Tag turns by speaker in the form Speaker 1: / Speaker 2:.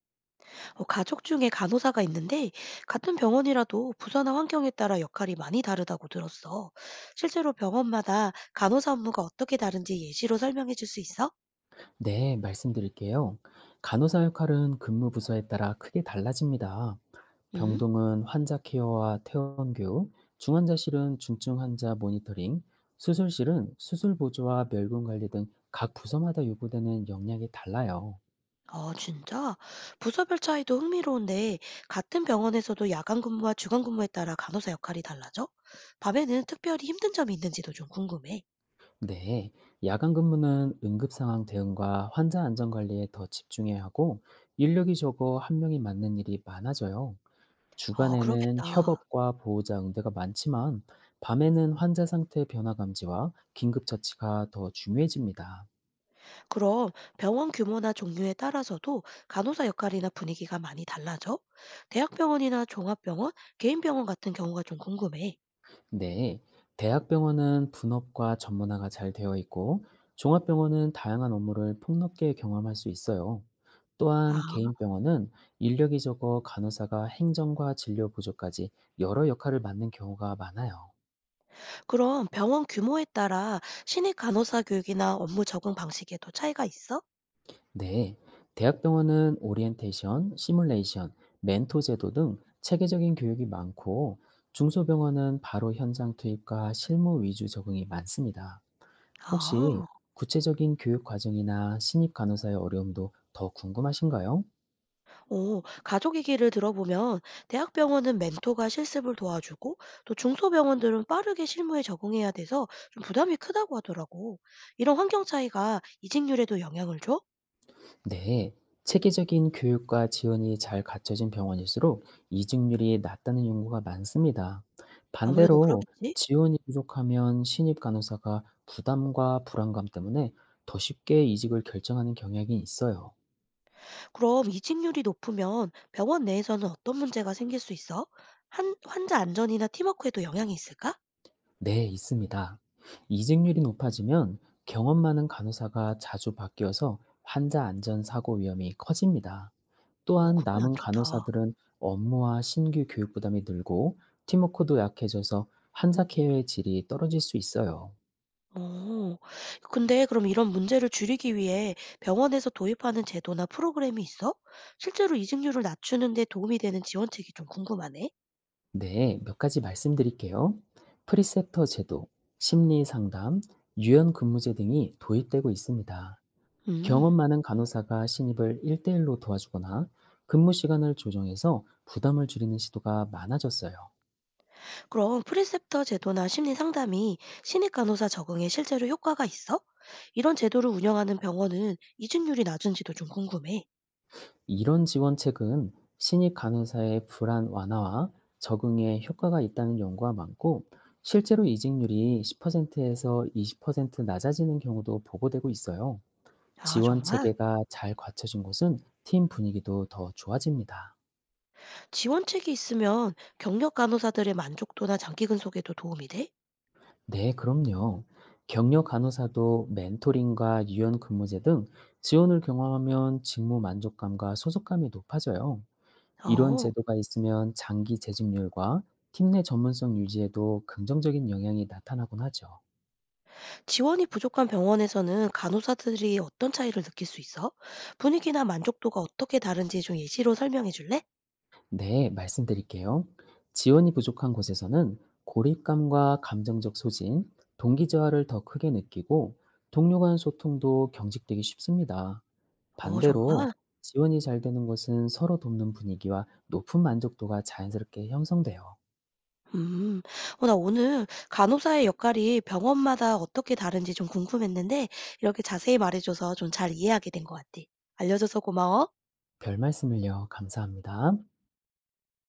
Speaker 1: 가족 중에 간호사가 있는데 같은 병원이라도 부서나 환경에 따라 역할이 많이 다르다고 들었어. 실제로 병원마다 간호사 업무가 어떻게 다른지 예시로 설명해 줄 수 있어?
Speaker 2: 네, 말씀드릴게요. 간호사 역할은 근무 부서에 따라 크게 달라집니다.
Speaker 1: 응?
Speaker 2: 병동은 환자 케어와 퇴원 교육, 중환자실은 중증 환자 모니터링, 수술실은 수술 보조와 멸군 관리 등 각 부서마다 요구되는 역량이 달라요.
Speaker 1: 아, 진짜? 부서별 차이도 흥미로운데 같은 병원에서도 야간 근무와 주간 근무에 따라 간호사 역할이 달라져? 밤에는 특별히 힘든 점이 있는지도 좀 궁금해.
Speaker 2: 네, 야간 근무는 응급 상황 대응과 환자 안전 관리에 더 집중해야 하고 인력이 적어 한 명이 맡는 일이 많아져요.
Speaker 1: 어,
Speaker 2: 주간에는
Speaker 1: 그러겠다.
Speaker 2: 협업과 보호자 응대가 많지만 밤에는 환자 상태 변화 감지와 긴급 처치가 더 중요해집니다.
Speaker 1: 그럼 병원 규모나 종류에 따라서도 간호사 역할이나 분위기가 많이 달라져? 대학병원이나 종합병원, 개인병원 같은 경우가 좀 궁금해.
Speaker 2: 네, 대학병원은 분업과 전문화가 잘 되어 있고 종합병원은 다양한 업무를 폭넓게 경험할 수 있어요. 또한
Speaker 1: 아,
Speaker 2: 개인 병원은 인력이 적어 간호사가 행정과 진료 보조까지 여러 역할을 맡는 경우가 많아요.
Speaker 1: 그럼 병원 규모에 따라 신입 간호사 교육이나 업무 적응 방식에도 차이가 있어?
Speaker 2: 네, 대학병원은 오리엔테이션, 시뮬레이션, 멘토 제도 등 체계적인 교육이 많고 중소병원은 바로 현장 투입과 실무 위주 적응이 많습니다. 혹시
Speaker 1: 아,
Speaker 2: 구체적인 교육 과정이나 신입 간호사의 어려움도 더 궁금하신가요?
Speaker 1: 오, 가족 얘기를 들어보면 대학병원은 멘토가 실습을 도와주고 또 중소병원들은 빠르게 실무에 적응해야 돼서 좀 부담이 크다고 하더라고. 이런 환경 차이가 이직률에도 영향을 줘?
Speaker 2: 네, 체계적인 교육과 지원이 잘 갖춰진 병원일수록 이직률이 낮다는 연구가 많습니다.
Speaker 1: 아무래도
Speaker 2: 반대로
Speaker 1: 그러겠지.
Speaker 2: 지원이 부족하면 신입 간호사가 부담과 불안감 때문에 더 쉽게 이직을 결정하는 경향이 있어요.
Speaker 1: 그럼 이직률이 높으면 병원 내에서는 어떤 문제가 생길 수 있어? 한 환자 안전이나 팀워크에도 영향이 있을까?
Speaker 2: 네, 있습니다. 이직률이 높아지면 경험 많은 간호사가 자주 바뀌어서 환자 안전 사고 위험이 커집니다.
Speaker 1: 어,
Speaker 2: 또한
Speaker 1: 그건 안
Speaker 2: 남은
Speaker 1: 좋다.
Speaker 2: 간호사들은 업무와 신규 교육 부담이 늘고 팀워크도 약해져서 환자 케어의 질이 떨어질 수 있어요.
Speaker 1: 어, 근데 그럼 이런 문제를 줄이기 위해 병원에서 도입하는 제도나 프로그램이 있어? 실제로 이직률을 낮추는 데 도움이 되는 지원책이 좀 궁금하네.
Speaker 2: 네, 몇 가지 말씀드릴게요. 프리셉터 제도, 심리 상담, 유연 근무제 등이 도입되고 있습니다. 경험
Speaker 1: 음,
Speaker 2: 많은 간호사가 신입을 1대1로 도와주거나 근무 시간을 조정해서 부담을 줄이는 시도가 많아졌어요.
Speaker 1: 그럼 프리셉터 제도나 심리 상담이 신입 간호사 적응에 실제로 효과가 있어? 이런 제도를 운영하는 병원은 이직률이 낮은지도 좀 궁금해.
Speaker 2: 이런 지원책은 신입 간호사의 불안 완화와 적응에 효과가 있다는 연구가 많고 실제로 이직률이 10%에서 20% 낮아지는 경우도 보고되고 있어요.
Speaker 1: 아,
Speaker 2: 지원
Speaker 1: 정말?
Speaker 2: 체계가 잘 갖춰진 곳은 팀 분위기도 더 좋아집니다.
Speaker 1: 지원책이 있으면 경력 간호사들의 만족도나 장기 근속에도 도움이 돼?
Speaker 2: 네, 그럼요. 격려 간호사도 멘토링과 유연 근무제 등 지원을 경험하면 직무 만족감과 소속감이 높아져요. 이런
Speaker 1: 어,
Speaker 2: 제도가 있으면 장기 재직률과 팀 내 전문성 유지에도 긍정적인 영향이 나타나곤 하죠.
Speaker 1: 지원이 부족한 병원에서는 간호사들이 어떤 차이를 느낄 수 있어? 분위기나 만족도가 어떻게 다른지 좀 예시로 설명해 줄래?
Speaker 2: 네, 말씀드릴게요. 지원이 부족한 곳에서는 고립감과 감정적 소진, 동기 저하를 더 크게 느끼고 동료 간 소통도 경직되기 쉽습니다.
Speaker 1: 어,
Speaker 2: 반대로
Speaker 1: 정말?
Speaker 2: 지원이 잘 되는 곳은 서로 돕는 분위기와 높은 만족도가 자연스럽게 형성돼요.
Speaker 1: 음, 나 오늘 간호사의 역할이 병원마다 어떻게 다른지 좀 궁금했는데, 이렇게 자세히 말해줘서 좀 잘 이해하게 된 것 같아. 알려줘서 고마워.
Speaker 2: 별 말씀을요. 감사합니다.